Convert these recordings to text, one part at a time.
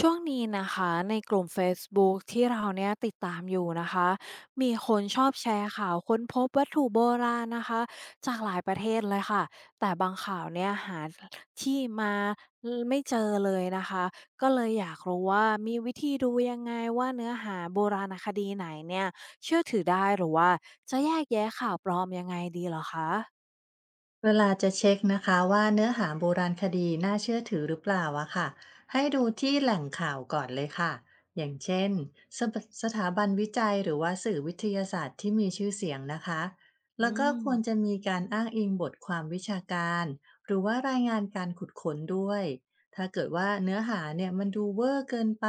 ช่วงนี้นะคะในกลุ่มเฟซบุ๊กที่เราเนี่ยติดตามอยู่นะคะมีคนชอบแชร์ข่าวค้นพบวัตถุโบราณนะคะจากหลายประเทศเลยค่ะแต่บางข่าวเนี่ยหาที่มาไม่เจอเลยนะคะก็เลยอยากรู้ว่ามีวิธีดูยังไงว่าเนื้อหาโบราณคดีไหนเนี่ยเชื่อถือได้หรือว่าจะแยกแยะข่าวปลอมยังไงดีเหรอคะเวลาจะเช็คนะคะว่าเนื้อหาโบราณคดีน่าเชื่อถือหรือเปล่าอะค่ะให้ดูที่แหล่งข่าวก่อนเลยค่ะอย่างเช่นสถสถาบันวิจัยหรือว่าสื่อวิทยาศาสตร์ที่มีชื่อเสียงนะคะอืแล้วก็ควรจะมมีการอ้างอิงบทความวิชาการหรือว่ารายงานการขุดค้นด้วยถ้าเกิดว่าเนื้อหาเนี่ยมันดูเวอร์เกินไป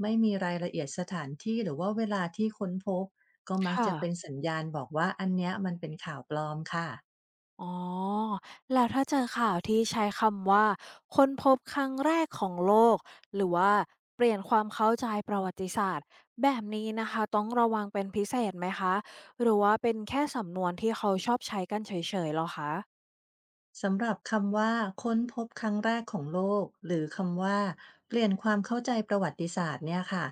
ไม่มีรายละเอียดสถานที่หรือว่าเวลาที่ค้นพบก็มักค่ะ จะเป็นสัญญาณบอกว่าอันเนี้ยมันเป็นข่าวปลอมค่ะ อ๋อแล้วถ้าเจอข่าวที่ใช้คำว่าค้นพบครั้งแรกของโลกหรือว่าเปลี่ยนความเข้าใจประวัติศาสตร์แบบนี้นะคะต้องระวังเป็นพิเศษไหมคะหรือว่าเป็นแค่สำนวนที่เขาชอบใช้กันเฉยๆเหรอคะสำหรับคำว่าค้นพบครั้งแรกของโลกหรือคำว่าเปลี่ยนความเข้าใจประวัติศาสตร์เนี่ยค่ะ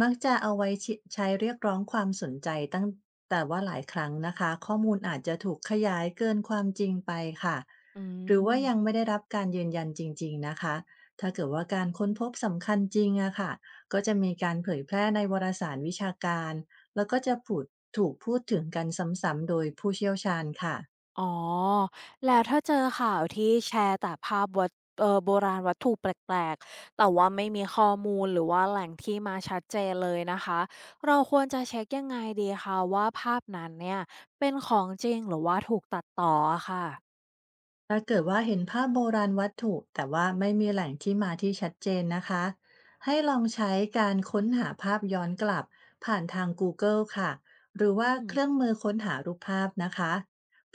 มักจะเอาไว้ใช้เรียกร้องความสนใจตั้งแต่ว่าหลายครั้งนะคะข้อมูลอาจจะถูกขยายเกินความจริงไปค่ะอืหรือว่ายังม ไม่ได้รับการยืนยันจริงๆนะคะถ้าเกิดว่าการค้นพบสำคัญจริงอะค่ะก็จะมีการเผยแพร่ในวารสารวิชาการแล้วก็จะถูกพูดถึงกันซ้ำๆโดยผู้เชี่ยวชาญค่ะ อ๋อแล้วถ้าเจอข่าวที่แชร์แต่ภาพวัตโบราณวัตถุแปลกๆแต่ว่าไม่มีข้อมูลหรือว่าแหล่งที่มาชัดเจนเลยนะคะเราควรจะเช็คยังไงดีคะว่าภาพนั้นเนี่ยเป็นของจริงหรือว่าถูกตัดต่ออะค่ะถ้าเกิดว่าเห็นภาพโบราณวัตถุแต่ว่าไม่มีแหล่งที่มาที่ชัดเจนนะคะให้ลองใช้การค้นหาภาพย้อนกลับผ่านทาง Google ค่ะหรืออืว่ามเครื่องมือค้นหารูปภาพนะคะ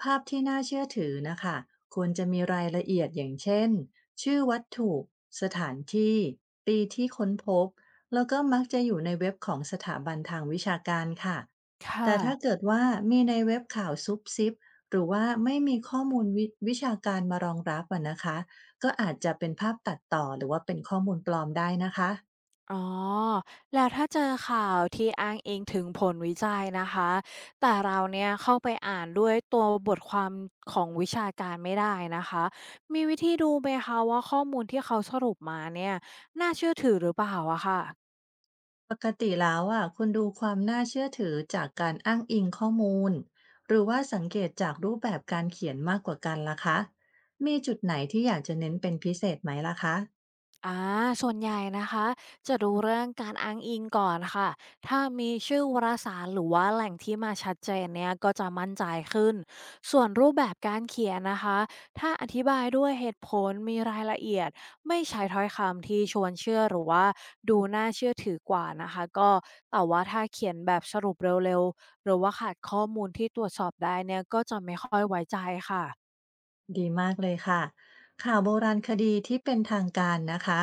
ภาพที่น่าเชื่อถือนะคะควรจะมีรายละเอียดอย่างเช่นชื่อวัตถุสถานที่ปีที่ค้นพบแล้วก็มักจะอยู่ในเว็บของสถาบันทางวิชาการค่ะค่ะ แต่ถ้าเกิดว่ามีในเว็บข่าวซุบซิบ หรือว่าไม่มีข้อมูลวิวชาการมารองรับอะนะคะก็อาจจะเป็นภาพตัดต่อหรือว่าเป็นข้อมูลปลอมได้นะคะอ๋อแล้วถ้าเจอข่าวที่อ้างอิงถึงผลวิจัยนะคะแต่เราเนี่ยเข้าไปอ่านด้วยตัวบทความของวิชาการไม่ได้นะคะมีวิธีดูไหมคะว่าข้อมูลที่เขาสรุปมาเนี่ยน่าเชื่อถือหรือเปล่าอะค่ะ ปกติแล้วอะคุณดูความน่าเชื่อถือจากการอ้างอิงข้อมูลหรือว่าสังเกตจากรูปแบบการเขียนมากกว่ากันล่ะคะมีจุดไหนที่อยากจะเน้นเป็นพิเศษไหมล่ะคะ อ่าส่วนใหญ่นะคะจะดูเรื่องการอ้างอิงก่อนค่ะ ถ้ามีชื่อวารสารหรือว่าแหล่งที่มาชัดเจนเนี่ยก็จะมั่นใจขึ้น ส่วนรูปแบบการเขียนนะคะถ้าอธิบายด้วยเหตุผลมีรายละเอียดไม่ใช้ถ้อยคำที่ชวนเชื่อหรือว่าดูน่าเชื่อถือกว่านะคะก็แต่ว่าถ้าเขียนแบบสรุปเร็วๆหรือว่าขาดข้อมูลที่ตรวจสอบได้เนี่ยก็จะไม่ค่อยไว้ใจค่ะดีมากเลยค่ะข่าวโบราณคดีที่เป็นทางการนะคะ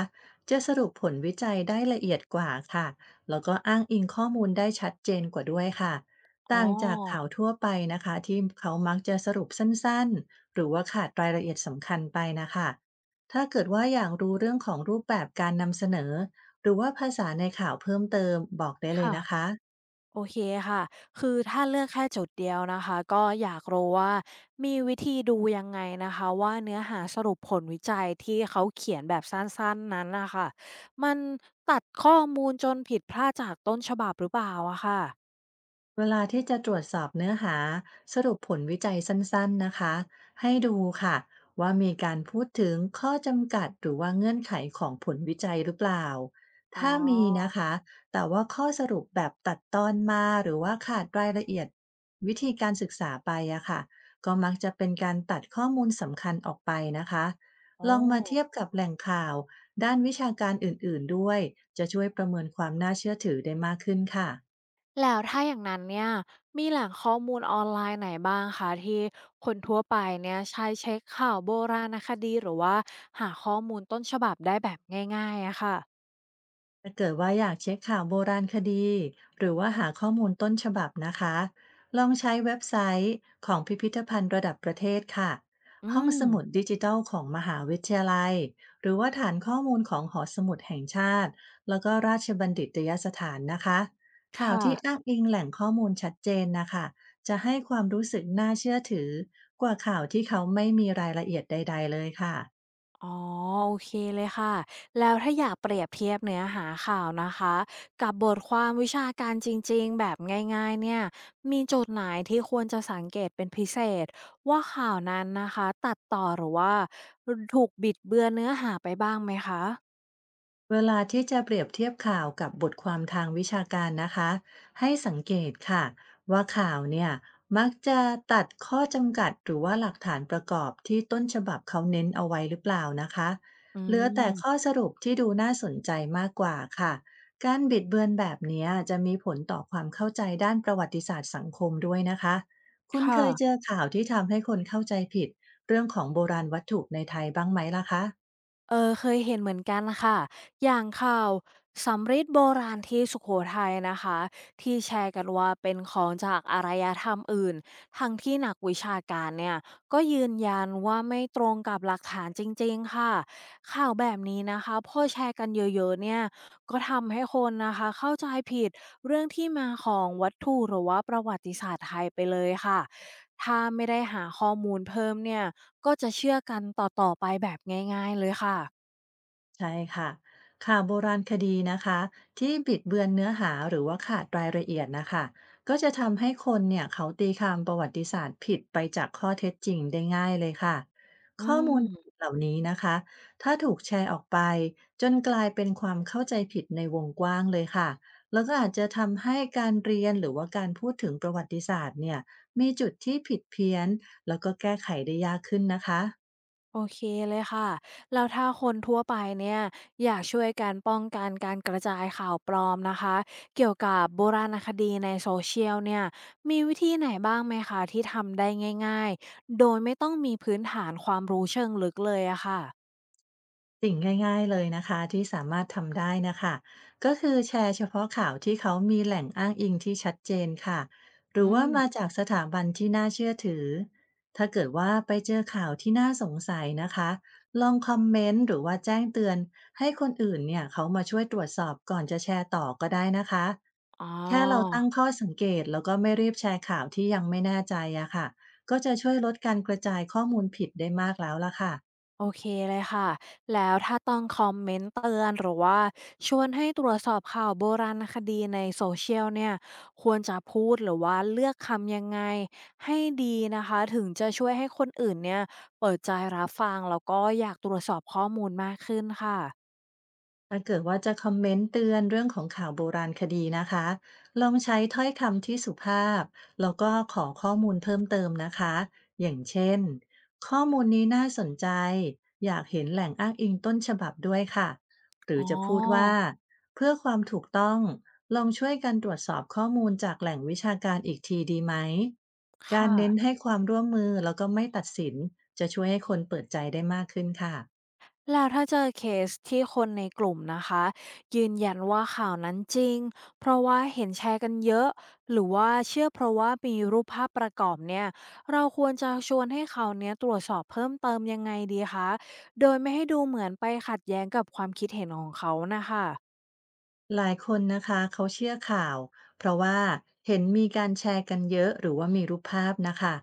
จะสรุปผลวิจัยได้ละเอียดกว่าค่ะแล้วก็อ้างอิงข้อมูลได้ชัดเจนกว่าด้วยค่ะอ๋อต่างจากข่าวทั่วไปนะคะที่เขามักจะสรุปสั้นๆหรือว่าขาดรายละเอียดสำคัญไปนะคะถ้าเกิดว่าอยากรู้เรื่องของรูปแบบการนำเสนอหรือว่าภาษาในข่าวเพิ่มเติมบอกได้เลยค่ะ นะคะ โอเคค่ะ คือถ้าเลือกแค่จุดเดียวนะคะก็อยากรู้ว่ามีวิธีดูยังไงนะคะว่าเนื้อหาสรุปผลวิจัยที่เขาเขียนแบบสั้นๆนั้นนะคะมันตัดข้อมูลจนผิดพลาดจากต้นฉบับหรือเปล่าอะค่ะเวลาที่จะตรวจสอบเนื้อหาสรุปผลวิจัยสั้นๆนะคะให้ดูค่ะว่ามีการพูดถึงข้อจำกัดหรือว่าเงื่อนไขของผลวิจัยหรือเปล่าอ๋ถ้ามีนะอคะแต่ว่าข้อสรุปแบบตัดตอนมาหรือว่าขาดรายละเอียดวิธีการศึกษาไปอะค่ะก็มักจะเป็นการตัดข้อมูลสำคัญออกไปนะคะโอ้ลองมาเทียบกับแหล่งข่าวด้านวิชาการอื่นๆด้วยจะช่วยประเมินความน่าเชื่อถือได้มากขึ้นค่ะ แล้วถ้าอย่างนั้นเนี่ยมีแหล่งข้อมูลออนไลน์ไหนบ้างคะที่คนทั่วไปเนี่ยใช้เช็คข่าวโบราณคดีหรือว่าหาข้อมูลต้นฉบับได้แบบง่ายๆอะค่ะถ้าเกิดว่าอยากเช็คข่าวโบราณคดีหรือว่าหาข้อมูลต้นฉบับนะคะลองใช้เว็บไซต์ของพิพิธภัณฑ์ระดับประเทศค่ะอืห้องสมุดมดิจิทัลของมหาวิทยาลัยหรือว่าฐานข้อมูลของหอสมุดแห่งชาติแล้วก็ราชบัณฑิตยสถานนะคะคข่าวที่่ะ อ้างอิงแหล่งข้อมูลชัดเจนนะคะจะให้ความรู้สึกน่าเชื่อถือกว่าข่าวที่เขาไม่มีรายละเอียดใดๆเลยค่ะ อ๋อโอเคเลยค่ะแล้วถ้าอยากเปรียบเทียบเนื้อหาข่าวนะคะกับบทความวิชาการจริงๆแบบง่ายๆเนี่ยมีจุดไหนที่ควรจะสังเกตเป็นพิเศษว่าข่าวนั้นนะคะตัดต่อหรือว่าถูกบิดเบือนเนื้อหาไปบ้างไหมคะเวลาที่จะเปรียบเทียบข่าวกับบทความทางวิชาการนะคะให้สังเกตค่ะว่าข่าวเนี่ยมักจะตัดข้อจำกัดหรือว่าหลักฐานประกอบที่ต้นฉบับเขาเน้นเอาไว้หรือเปล่านะคะอืเหลือแต่ข้อมสรุปที่ดูน่าสนใจมากกว่าค่ะการบิดเบือนแบบเนี้ยจะมีผลต่อความเข้าใจด้านประวัติศาสตร์สังคมด้วยนะคะคุณเคค่ะ ยเจอข่าวที่ทำให้คนเข้าใจผิดเรื่องของโบราณวัตถุในไทยบ้างไหมล่ะคะ เคยเห็นเหมือนกันค่ะอย่างข่าวสำริดโบราณที่สุโขทัยนะคะที่แชร์กันว่าเป็นของจากอารยธรรมอื่นทั้งที่นักวิชาการเนี่ยก็ยืนยันว่าไม่ตรงกับหลักฐานจริงๆค่ะข่าวแบบนี้นะคะพอแชร์กันเยอะๆเนี่ยก็ทำให้คนนะคะเข้าใจผิดเรื่องที่มาของวัตถุหรือว่าประวัติศาสตร์ไทยไปเลยค่ะถ้าไม่ได้หาข้อมูลเพิ่มเนี่ย ก็จะเชื่อกันต่อๆไปแบบง่ายๆเลยค่ะ ใช่ค่ะข่าวโบราณคดีนะคะที่บิดเบือนเนื้อหาหรือว่าขาดรายละเอียดนะคะก็จะทำให้คนเนี่ยเขาตีความประวัติศาสตร์ผิดไปจากข้อเท็จจริงได้ง่ายเลยค่ะอืข้อมูลม เหล่านี้นะคะถ้าถูกแชร์ออกไปจนกลายเป็นความเข้าใจผิดในวงกว้างเลยค่ะแล้วก็อาจจะทำให้การเรียนหรือว่าการพูดถึงประวัติศาสตร์เนี่ยมีจุดที่ผิดเพี้ยนแล้วก็แก้ไขได้ยากขึ้นนะคะ โอเคเลยค่ะ แล้วถ้าคนทั่วไปเนี่ยอยากช่วยกันป้องกันการกระจายข่าวปลอมนะคะ เกี่ยวกับโบราณคดีในโซเชียลเนี่ย มีวิธีไหนบ้างไหมคะที่ทำได้ง่ายๆ โดยไม่ต้องมีพื้นฐานความรู้เชิงลึกเลยอะค่ะ สิ่งง่ายๆเลยนะคะที่สามารถทำได้นะคะก็คือแชร์เฉพาะข่าวที่เขามีแหล่งอ้างอิงที่ชัดเจนค่ะหรืออืว่ามาม จากสถาบันที่น่าเชื่อถือถ้าเกิดว่าไปเจอข่าวที่น่าสงสัยนะคะลองคอมเมนต์หรือว่าแจ้งเตือนให้คนอื่นเนี่ยเขามาช่วยตรวจสอบก่อนจะแชร์ต่อก็ได้นะคะอ๋อ แค่เราตั้งข้อสังเกตแล้วก็ไม่รีบแชร์ข่าวที่ยังไม่แน่ใจอะค่ะก็จะช่วยลดการกระจายข้อมูลผิดได้มากแล้วล่ะค่ะ โอเคเลยค่ะ แล้วถ้าต้องคอมเมนต์เตือนหรือว่าชวนให้ตรวจสอบข่าวโบราณคดีในโซเชียลเนี่ยควรจะพูดหรือว่าเลือกคำยังไงให้ดีนะคะถึงจะช่วยให้คนอื่นเนี่ยเปิดใจรับฟังแล้วก็อยากตรวจสอบข้อมูลมากขึ้นค่ะ ถ้าเกิดว่าจะคอมเมนต์เตือนเรื่องของข่าวโบราณคดีนะคะ ลองใช้ถ้อยคำที่สุภาพแล้วก็ขอข้อมูลเพิ่มเติมนะคะ อย่างเช่นข้อมูลนี้น่าสนใจอยากเห็นแหล่งอ้างอิงต้นฉบับด้วยค่ะหรือ๋ออ จะพูดว่าเพื่อความถูกต้องลองช่วยกันตรวจสอบข้อมูลจากแหล่งวิชาการอีกทีดีไหม คการเน้น่ะ ให้ความร่วมมือแล้วก็ไม่ตัดสินจะช่วยให้คนเปิดใจได้มากขึ้นค่ะ แล้วถ้าเจอเคสที่คนในกลุ่มนะคะยืนยันว่าข่าวนั้นจริงเพราะว่าเห็นแชร์กันเยอะหรือว่าเชื่อเพราะว่ามีรูปภาพประกอบเนี่ยเราควรจะชวนให้เขาเนี้ยตรวจสอบเพิ่มเติมยังไงดีคะโดยไม่ให้ดูเหมือนไปขัดแย้งกับความคิดเห็นของเขานะคะหลายคนนะคะเขาเชื่อข่าวเพราะว่าเห็นมีการแชร์กันเยอะหรือว่ามีรูปภาพนะคะ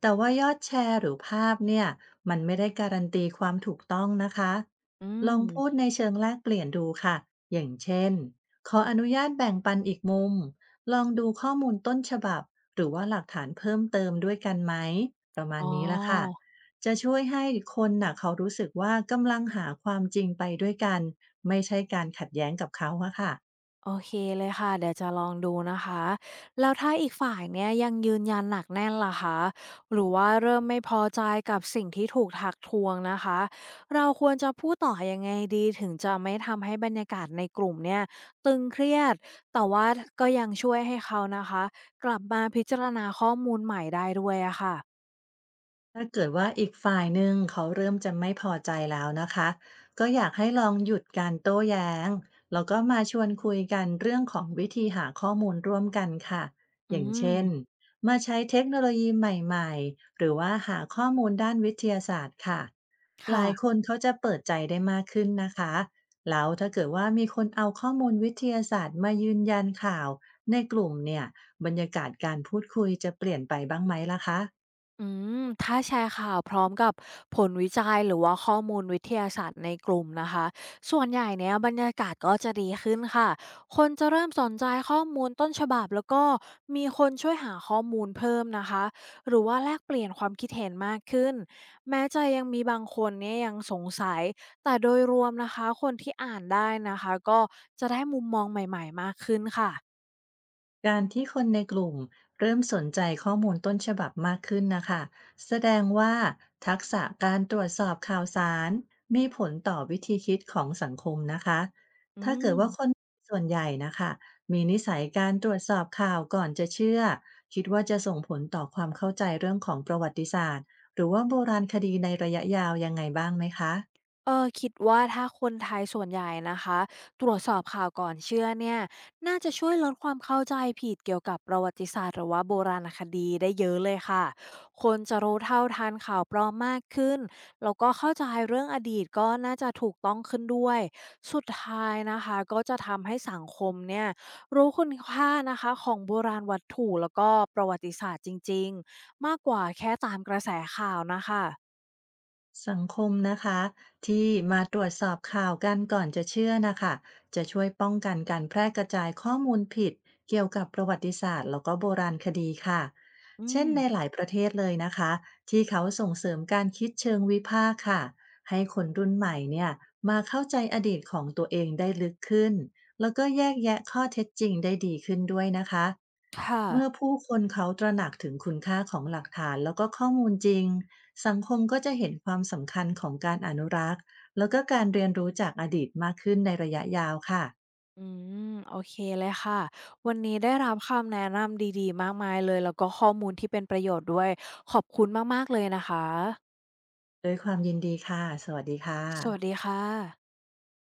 แต่ว่ายอดแชร์หรือภาพเนี่ยมันไม่ได้การันตีความถูกต้องนะคะอืลองพูดมในเชิงแลกเปลี่ยนดูค่ะอย่างเช่นขออนุญาตแบ่งปันอีกมุมลองดูข้อมูลต้นฉบับหรือว่าหลักฐานเพิ่มเติมด้วยกันไหมประมาอ๋ณนี้ละค่ะอ จะช่วยให้คนน่ะเขารู้สึกว่ากำลังหาความจริงไปด้วยกัน ไม่ใช่การขัดแย้งกับเขาอะค่ะ โอเคเลยค่ะเดี๋ยวจะลองดูนะคะแล้วถ้าอีกฝ่ายเนี่ยยังยืนยันหนักแน่นล่ะคะหรือว่าเริ่มไม่พอใจกับสิ่งที่ถูกทักท้วงนะคะเราควรจะพูดต่อยังไงดีถึงจะไม่ทำให้บรรยากาศในกลุ่มเนี่ยตึงเครียดแต่ว่าก็ยังช่วยให้เขานะคะกลับมาพิจารณาข้อมูลใหม่ได้ด้วยอะค่ะถ้าเกิดว่าอีกฝ่ายหนึ่งเขาเริ่มจะไม่พอใจแล้วนะคะก็อยากให้ลองหยุดการโต้แย้งแล้วก็มาชวนคุยกันเรื่องของวิธีหาข้อมูลร่วมกันค่ะอือย่างมเช่นมาใช้เทคโนโลยีใหม่ๆหรือว่าหาข้อมูลด้านวิทยาศาสตร์ค่ะหลายคค่ะ นเขาจะเปิดใจได้มากขึ้นนะคะแล้วถ้าเกิดว่ามีคนเอาข้อมูลวิทยาศาสตร์มายืนยันข่าวในกลุ่มเนี่ยบรรยากาศการพูดคุยจะเปลี่ยนไปบ้างไหมล่ะคะ อืมถ้าแชร์ข่าวพร้อมกับผลวิจัยหรือว่าข้อมูลวิทยาศาสตร์ในกลุ่มนะคะส่วนใหญ่เนี้ยบรรยากาศก็จะดีขึ้นค่ะคนจะเริ่มสนใจข้อมูลต้นฉบับแล้วก็มีคนช่วยหาข้อมูลเพิ่มนะคะหรือว่าแลกเปลี่ยนความคิดเห็นมากขึ้นแม้จะยังมีบางคนเนี่ยยังสงสัยแต่โดยรวมนะคะคนที่อ่านได้นะคะก็จะได้มุมมองใหม่ๆมากขึ้นค่ะการที่คนในกลุ่มเริ่มสนใจข้อมูลต้นฉบับมากขึ้นนะคะแสดงว่าทักษะการตรวจสอบข่าวสารมีผลต่อวิธีคิดของสังคมนะคะอืถ้าเกิดว่าคนม ส่วนใหญ่นะคะมีนิสัยการตรวจสอบข่าวก่อนจะเชื่อคิดว่าจะส่งผลต่อความเข้าใจเรื่องของประวัติศาสตร์หรือว่าโบราณคดีในระยะยาวยังไงบ้างไหมคะ คิดว่าถ้าคนไทยส่วนใหญ่นะคะตรวจสอบข่าวก่อนเชื่อเนี่ยน่าจะช่วยลดความเข้าใจผิดเกี่ยวกับประวัติศาสตร์หรือว่าโบราณคดีได้เยอะเลยค่ะคนจะรู้เท่าทันข่าวปลอมมากขึ้นแล้วก็เข้าใจเรื่องอดีตก็น่าจะถูกต้องขึ้นด้วยสุดท้ายนะคะก็จะทำให้สังคมเนี่ยรู้คุณค่านะคะของโบราณวัตถุแล้วก็ประวัติศาสตร์จริงๆมากกว่าแค่ตามกระแสข่าวนะคะสังคมนะคะที่มาตรวจสอบข่าวกันก่อนจะเชื่อนะคะจะช่วยป้องกันการแพร่กระจายข้อมูลผิดเกี่ยวกับประวัติศาสตร์แล้วก็โบราณคดีค่ะอืเช่นมในหลายประเทศเลยนะคะที่เขาส่งเสริมการคิดเชิงวิพากษ์ค่ะให้คนรุ่นใหม่เนี่ยมาเข้าใจอดีตของตัวเองได้ลึกขึ้น แล้วก็แยกแยะข้อเท็จจริงได้ดีขึ้นด้วยนะคะค่ะ เมื่อผู้คนเขาตระหนักถึงคุณค่าของหลักฐานแล้วก็ข้อมูลจริงสังคมก็จะเห็นความสำคัญของการอนุรักษ์แล้วก็การเรียนรู้จากอดีตมากขึ้นในระยะยาวค่ะอืมโอเคเลยค่ะวันนี้ได้รับคำแนะนำดีๆมากมายเลยแล้วก็ข้อมูลที่เป็นประโยชน์ด้วยขอบคุณมากๆเลยนะคะด้วยความยินดีค่ะสวัสดีค่ะสวัสดีค่ะ